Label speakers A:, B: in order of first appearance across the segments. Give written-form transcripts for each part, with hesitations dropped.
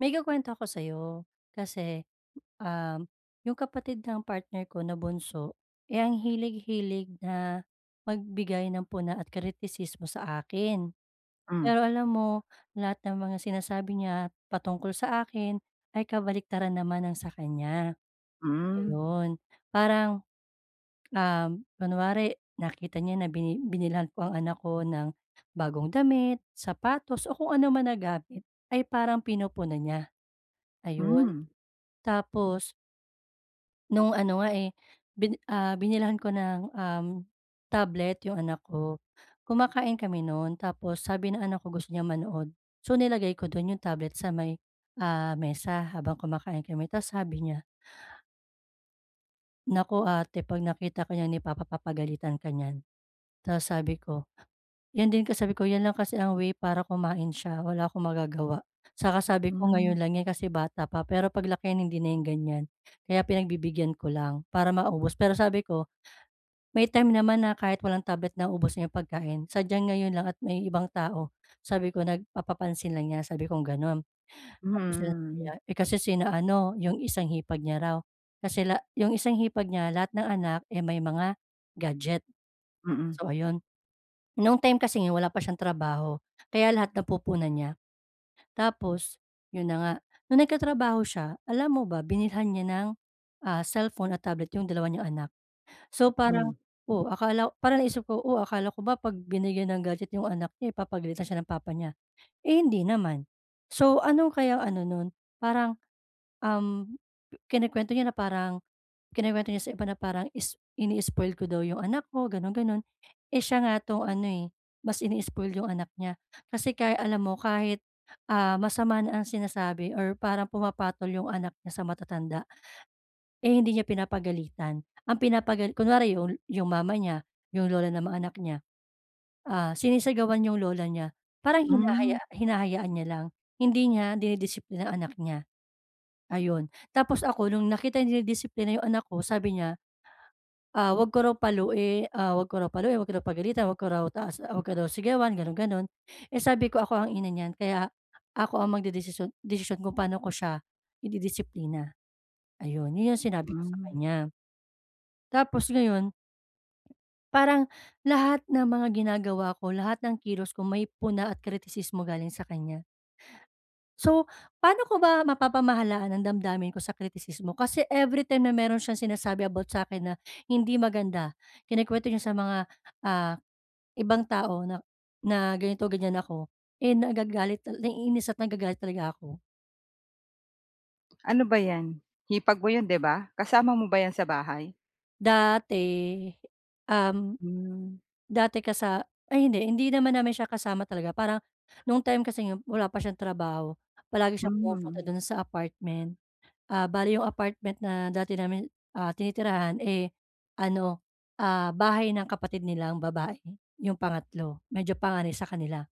A: May ikukuwento ako sa'yo kasi, um, yung kapatid ng partner ko na bunso, eh, ang hilig-hilig na magbigay ng puna at kritisismo sa akin.
B: Hmm.
A: Pero alam mo, lahat ng mga sinasabi niya patungkol sa akin ay kabaliktaran naman ng sa kanya,
B: Mm.
A: ayun. Parang, kunwari nakita niya na binilhan ko ang anak ko ng bagong damit, sapatos o kung ano man na gamit ay parang pinupuna niya, ayun.
B: Hmm.
A: Tapos, nung ano nga, eh, binilhan ko ng, tablet yung anak ko. Kumakain kami noon tapos sabi ng anak ko gusto niya manood. So, nilagay ko dun yung tablet sa may, ah, mesa habang kumakain kami tapos sabi niya, "Naku ate, 'pag nakita ka niyan ni papa papagalitan ka niyan." Tapos sabi ko, "Yan din ka," sabi ko, "yan lang kasi ang way para kumain siya, wala akong magagawa." Saka sabi ko,
B: Hmm.
A: "Ngayon lang yan kasi bata pa pero paglakihan hindi na yan ganyan, kaya pinagbibigyan ko lang para maubos." Pero sabi ko, may time naman na kahit walang tablet naubos na yung pagkain, sadyang ngayon lang at may ibang tao, sabi ko nagpapapansin lang niya, sabi kong gano'n. Tapos yun sabi niya,
B: Mm.
A: eh, kasi sina ano, yung isang hipag niya raw, kasi yung isang hipag niya lahat ng anak, eh, may mga gadget.
B: Mm.
A: So ayun, noong time kasing yun wala pa siyang trabaho, kaya lahat napupunan niya. Tapos yun na nga, nung nagkatrabaho siya, alam mo ba binilhan niya ng, ah, cellphone at tablet yung dalawa niyang anak. So,
B: Hmm.
A: parang oh, akala parang naisip ko, "Oh, akala ko ba 'pag binigyan ng gadget yung anak niya, eh, siya ng papa niya." Eh, hindi naman. So, ano kayang ano nun, parang, um, kinukuwento niya na parang kinukuwento niya sa iba na parang ini-spoil ko daw yung anak ko, gano'n, gano'n. Eh, siya nga 'tong ano, eh, mas ini-spoil yung anak niya. Kasi kaya alam mo kahit, ah, masama na ang sinasabi or parang pumapatol yung anak niya sa matatanda, eh, hindi niya pinapagalitan. Ang kunwari yung mama niya, yung lola ng mga anak niya, ah, sinisigawan yung lola niya, parang
B: Hmm.
A: hinahayaan niya lang. Hindi niya dinidisiplina ang anak niya, ayun. Tapos ako nung nakita niyang dinidisiplina yung anak ko sabi niya, ah, "Wag ko raw paluin, ah, wag ko raw paluin, wag ko raw pagalitan, wag ko raw taas wag ko raw sigawan," gano'n, gano'n. Eh, sabi ko, "Ako ang ina niyan kaya ako ang magdedesisyon kung paano ko siya ididisiplina." Ayun, yun yung sinabi ko sa
B: Hmm.
A: kanya. Tapos ngayon parang lahat ng mga ginagawa ko, lahat ng kilos ko may puna at kritisismo galing sa kanya. So, paano ko ba mapapamahalaan ang damdamin ko sa kritisismo? Kasi every time na meron siyang sinasabi about sa akin na hindi maganda, kinukuwento niya sa mga, ah, ibang tao na na ganito, ganyan ako, eh, nagagalit tal naiinis at nagagalit talaga ako.
B: Ano ba 'yan? Hipag mo 'yun, 'di ba? Kasama mo ba 'yan sa bahay?
A: Dati, um
B: Hmm.
A: Dati kasa ay hindi, naman namin siya kasama talaga parang nung time kasing yun wala pa siyang trabaho, palagi siyang pumupunta
B: Hmm.
A: dun sa apartment. Ah, bale yung apartment na dati namin, ah, tinitirahan, eh, ano, ah, bahay ng kapatid nilang babae, yung pangatlo, medyo panganay sa kanila.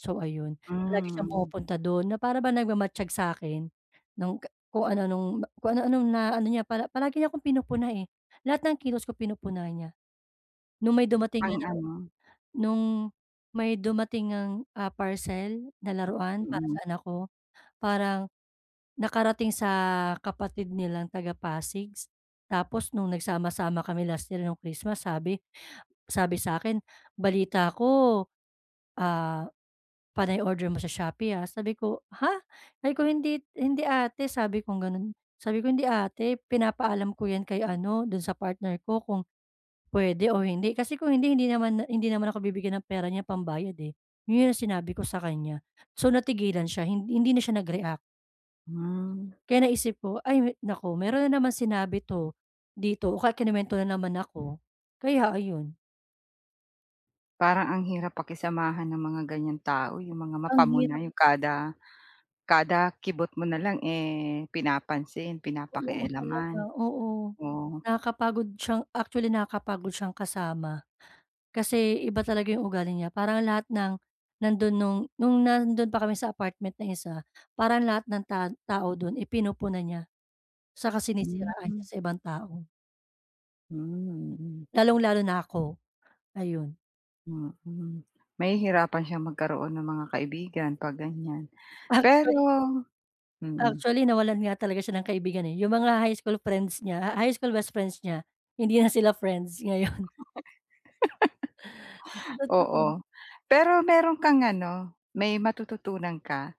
A: So ayun, palagi siyang
B: Hmm.
A: pumupunta dun na para bang nagmamatyag sa'kin nung ka kung ano-anong na ano niya pala palagi niya akong pinupuna, eh, lahat ng kilos ko pinupuna niya. Nung may dumating nga
B: Pang
A: na
B: ano,
A: Nung may dumating ngang, ah, parcel na laruan para
B: mm,
A: sa anak ko, parang nakarating sa kapatid nilang taga Pasig. Tapos nung nagsama-sama kami last year nung Christmas sabi sabi sa akin, "Balita ko, ah, panay-order mo sa Shopee, ah." Sabi ko, "Ha?" Sabi ko, "Hindi hindi ate." Sabi ko gano'n. Sabi ko, "Hindi ate, pinapaalam ko 'yan kay ano, dun sa partner ko kung puwede o hindi. Kasi kung hindi, hindi naman ako bibigyan ng pera niya pambayad, eh." 'Yun ang sinabi ko sa kanya. So, natigilan siya, hindi na siya nag-react.
B: hmm.
A: Kaya naisip ko, "Ay naku, meron na naman sinabi 'to dito o kaya kinuwento na naman ako." Kaya ayun,
B: Parang ang hirap pakisamahan ng mga ganiyang tao, yung mga
A: ang
B: mapamuna,
A: hirap
B: yung kada kada kibot mo na lang, eh, pinapansin,
A: oo talaga,
B: pinapakialaman.
A: oo.
B: Oo,
A: Nakakapagod siyang actually nakakapagod siyang kasama. Kasi iba talaga 'yung ugali niya. Parang lahat ng nandun nung nandun pa kami sa apartment na isa, parang lahat ng tao dun, eh, pinupunan niya. Saka
B: mhm,
A: sinisiraan
B: hmm.
A: niya sa ibang tao,
B: Hmm.
A: lalong-lalo na ako, ayun.
B: Mm. Mahihirapan siyang magkaroon ng mga kaibigan 'pag ganyan. Pero
A: Actually
B: mm,
A: Actually nawalan nga talaga siya ng kaibigan, eh, yung mga high school friends niya, ah, high school best friends niya, hindi na sila friends ngayon. Totoo,
B: oo. Pero meron kang ano, may matututunan ka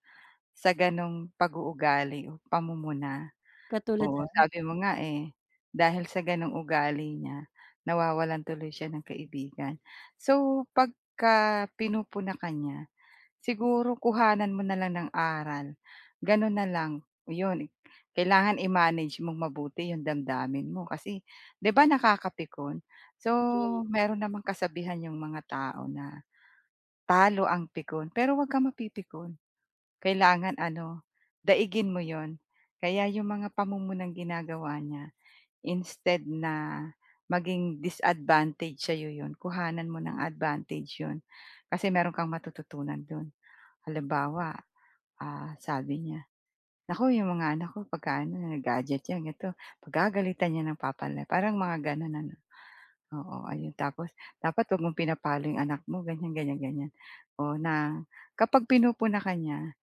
B: sa gano'ng pag-uugali o pamumuna.
A: katulad
B: Oo,
A: na
B: sabi mo nga, eh, dahil sa gano'ng ugali niya, nawawalan tuloy siya ng kaibigan. So, pagka pinupuna ka niya, siguro kuhanan mo na lang ng aral, gano'n na lang, yun. Kailangan i-manage mong mabuti yung damdamin mo kasi 'di ba nakakapikon? So, meron namang kasabihan yung mga tao na, "Talo ang pikon pero 'wag kang mapipikon." Kailangan ano, daigin mo yon. Kaya yung mga pamumunang ginagawa niya, instead na maging disadvantage sa'yo yun, kuhanan mo ng advantage yun kasi meron kang matututunan dun. Halimbawa, ah, sabi niya, naku yung mga anak ko pagka ano gadget yan ito, pagagalitan yan ng papa nila, parang mga gano'n ano, oo ayun. Tapos, dapat wag mong pinapalo yung anak mo, ganyan, ganyan, ganyan. O na kapag pinupuna ka niya,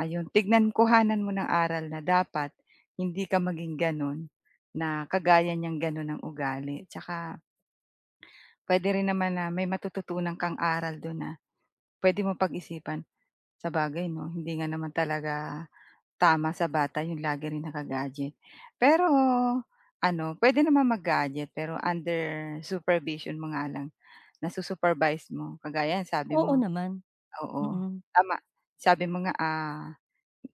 B: ayun tignan, kuhanan mo ng aral na dapat hindi ka maging gano'n, na kagaya niyang gano'n ang ugali. Tsaka puwede rin naman na may matututunan kang aral do'n na puwede mong pag-isipan. Sabagay 'no, hindi nga naman talaga. Tama, sa bata yung lagi rin naka-gadget. Pero ano, puwede naman mag-gadget pero under supervision mo nga lang, nasu-supervise mo. Kagaya yan sabi
A: oo
B: mo,
A: naman,
B: oo,
A: mm.
B: tama. Sabi mo nga, ah,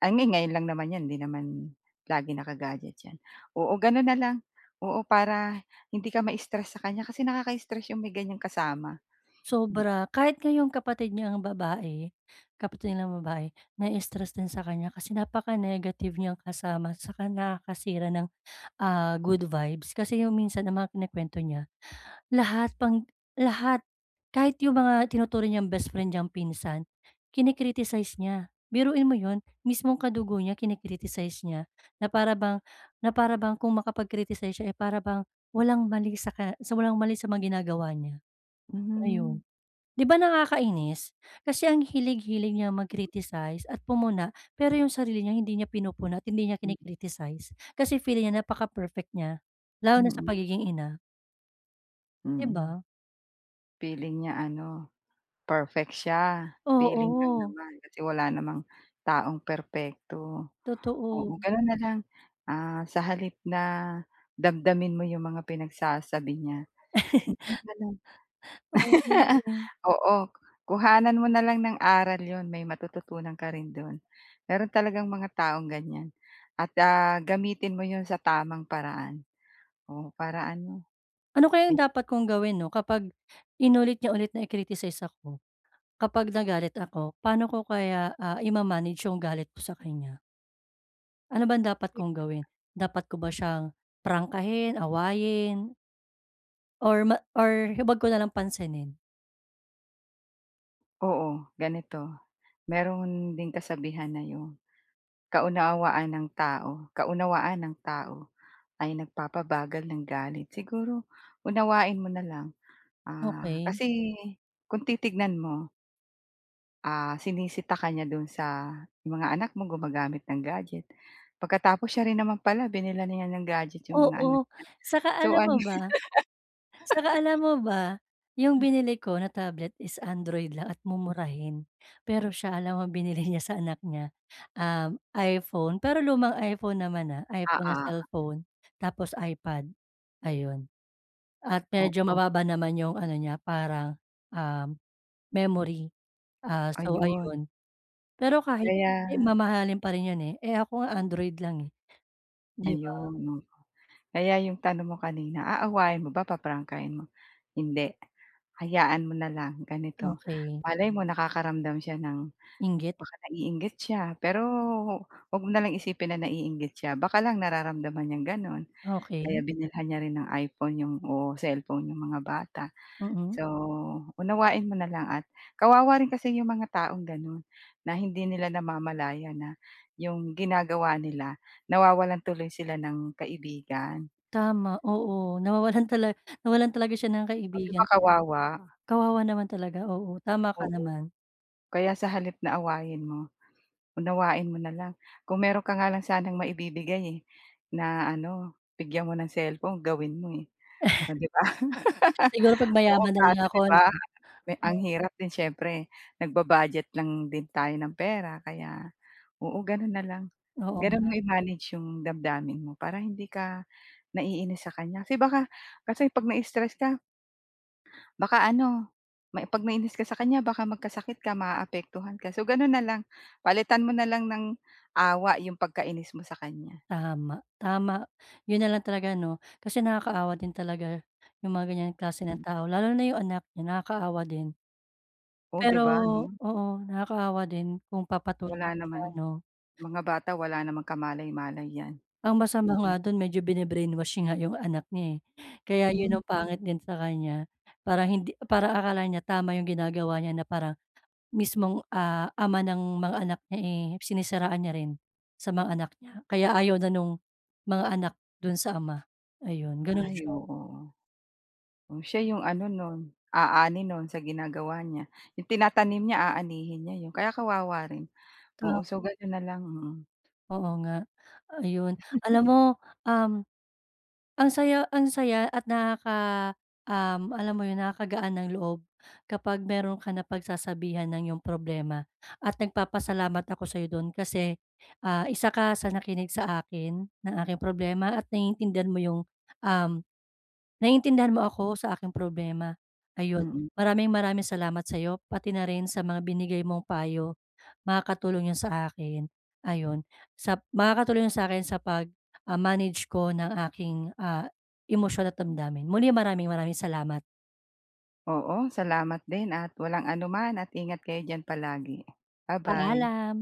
B: ay ngayon lang naman yan, hindi naman lagi naka-gadget yan. Oo, gano'n na lang. Oo, para hindi ka ma-stress sa kanya kasi nakaka-stress yung may ganyang kasama. Mm.
A: Sobra, kahit nga yung kapatid niyang babae, na-stress din sa kanya kasi napaka-negative niyang kasama saka nakakasira ng, ah, good vibes kasi yung minsan ang mga kinukuwento niya lahat pang lahat. Kahit yung mga tinuturing niyang best friend niyang pinsan, kini-criticize niya. Biruin mo yun, mismong kadugo niya kini-criticize niya na para bang kung makapag-criticize siya, eh, para bang walang mali sa ka sa walang mali sa mga ginagawa niya, ayun.
B: Hmm.
A: 'Di ba nakakainis? Kasi ang hilig-hilig niya mag-criticize at pumuna, pero yung sarili niya hindi niya pinupuna at hindi niya
B: Mhm.
A: kini-criticize. Kasi feeling niya napaka-perfect niya, lalo na sa
B: Mm,
A: pagiging ina,
B: mm,
A: 'di
B: mm.
A: ba?
B: Feeling niya ano, perfect siya, feeling lang
A: Oo.
B: naman kasi wala namang taong perpekto. Oo,
A: Totoo.
B: gano'n na lang, ah, sa halip na damdamin mo yung mga pinagsasabi niya, mm, yun na lang.
A: Oo, yun eh.
B: Oo, kuhanan mo na lang ng aral yun, may matututunan ka rin dun. Meron talagang mga taong ganyan at, ah, gamitin mo yun sa tamang paraan. Oo, para ano,
A: Ano kaya
B: eh
A: yung dapat kong gawin 'no kapag inulit niya ulit na i-criticize ako, kapag nagalit ako, paano ko kaya, ah, yung galit ko sa kanya? Ano ba ang dapat kong gawin? Dapat ko ba siyang prangkahin, awayin, or ma or huwag ko na lang pansinin?
B: oo, ganito, meron ding kasabihan na yun. Kaunawaan ng tao ay nagpapabagal ng galit. Siguro unawain mo na lang, ah,
A: Okay.
B: kasi kung titignan mo, ah, sinisita ka niya do'n sa mga anak mo gumagamit ng gadget. Pagkatapos siya rin naman pala binilhan niya ng gadget yung mga
A: Oo,
B: anak niya.
A: saka
B: So
A: alam
B: ano.
A: mo ba Saka alam mo ba, yung binili ko na tablet is Android lang at mumurahin. Pero siya alam mo binili niya sa anak niya, um, iPhone, pero lumang iPhone naman, ah, iPhone na cellphone tapos iPad, ayun. At
B: Oo,
A: medyo
B: oo,
A: mababa naman yung ano niya parang, um, memory, ah, so
B: ayun.
A: ayun. Pero kahit
B: Kaya
A: eh, mamahalin pa rin yun, eh. Eh, ako nga Android lang, eh, 'di ba?
B: ayun, oh, kaya yung tanong mo kanina, aawayin mo ba, paprangkahin mo? Hindi. Hayaan mo na lang ganito.
A: Okey,
B: Malay mo nakakaramdam siya ng,
A: inggit,
B: baka naiinggit siya, pero wag mo na lang isipin na naiinggit siya, baka lang nararamdaman niyang gano'n
A: okey,
B: kaya binilhan niya rin ng iPhone yung o cellphone yung mga bata.
A: mm.
B: So, unawain mo na lang at kawawa rin kasi yung mga taong gano'n na hindi nila namamalayan na yung ginagawa nila, nawawalan tuloy sila ng kaibigan.
A: Tama, oo. Nawawalan tala Nawalan talaga siya ng
B: Oh, 'di ba
A: kaibigan.
B: kawawa?
A: Kawawa naman talaga, oo, tama ka
B: Oo,
A: naman.
B: kaya sa halip na awayin mo, unawain mo na lang. Kung meron ka nga lang sanang maibibigay, eh, na ano, bigyan mo ng cellphone gawin mo, eh, oh, 'di ba?
A: Siguro 'pag
B: Oo,
A: mayaman na lang
B: kaso
A: ako
B: 'di
A: 'no?
B: ba, me ang hirap din siyempre, nagba-budget lang din tayo ng pera kaya oo, gano'n na lang.
A: Oo
B: Gano'n
A: nga,
B: mo i-manage yung damdamin mo para hindi ka naiinis sa kanya. Kasi baka, kasi 'pag na-stress ka baka ano, may 'pag nainis ka sa kanya baka magkasakit ka, maaapektuhan ka. So, gano'n na lang, palitan mo na lang ng awa yung pagkainis mo sa kanya.
A: tama, tama. 'Yun na lang talaga 'no, kasi nakakaawa din talaga yung mga ganiyang klase ng tao, lalo na yung anak niya, nakakaawa din.
B: Oh, 'di
A: Pero
B: ba 'no?
A: oo, nakakaawa din kung papatulan
B: Wala
A: mo siya
B: naman,
A: 'no.
B: mga bata wala namang kamalay-malay 'yan,
A: Ang masama nga
B: mm.
A: dun medyo bine-brainwash nga yung anak niya, eh. Kaya yun
B: Hmm,
A: ang pangit din sa kanya, parang hindi parang akala niya tama yung ginagawa niya na parang mismong, ah, ama ng mga anak niya, eh, sinisiraan niya rin sa mga anak niya. Kaya ayaw na nung mga anak dun sa ama, ayun ganun
B: ay
A: siya.
B: oo. Oh, siya yung ano nun, aani nun sa ginagawa niya. Yung tinatanim niya aanihin niya yun, kaya kawawa rin. Oo,
A: Tam
B: so ganun na lang, mm,
A: oo nga, ayun. Alam mo, um, ang saya at alam mo yun, nakakagaan ng loob kapag meron ka napagsasabihan ng iyong problema at nagpapasalamat ako sa'yo dun kasi, ah, isa ka sa nakinig sa akin, ng aking problema at naiintindihan mo yung, um naiintindihan mo ako sa aking problema. Ayun,
B: mm.
A: maraming maraming salamat sa'yo, pati na rin sa mga binigay mong payo. Makakatulong 'yun sa akin, ayun. Makakatulong 'yun sa akin sa pag, ah, manage ko ng aking, ah, emosyon at damdamin. Muli maraming maraming salamat.
B: Oo, salamat din at walang anuman at ingat kayo diyan palagi. Ba-bye.
A: Paalam.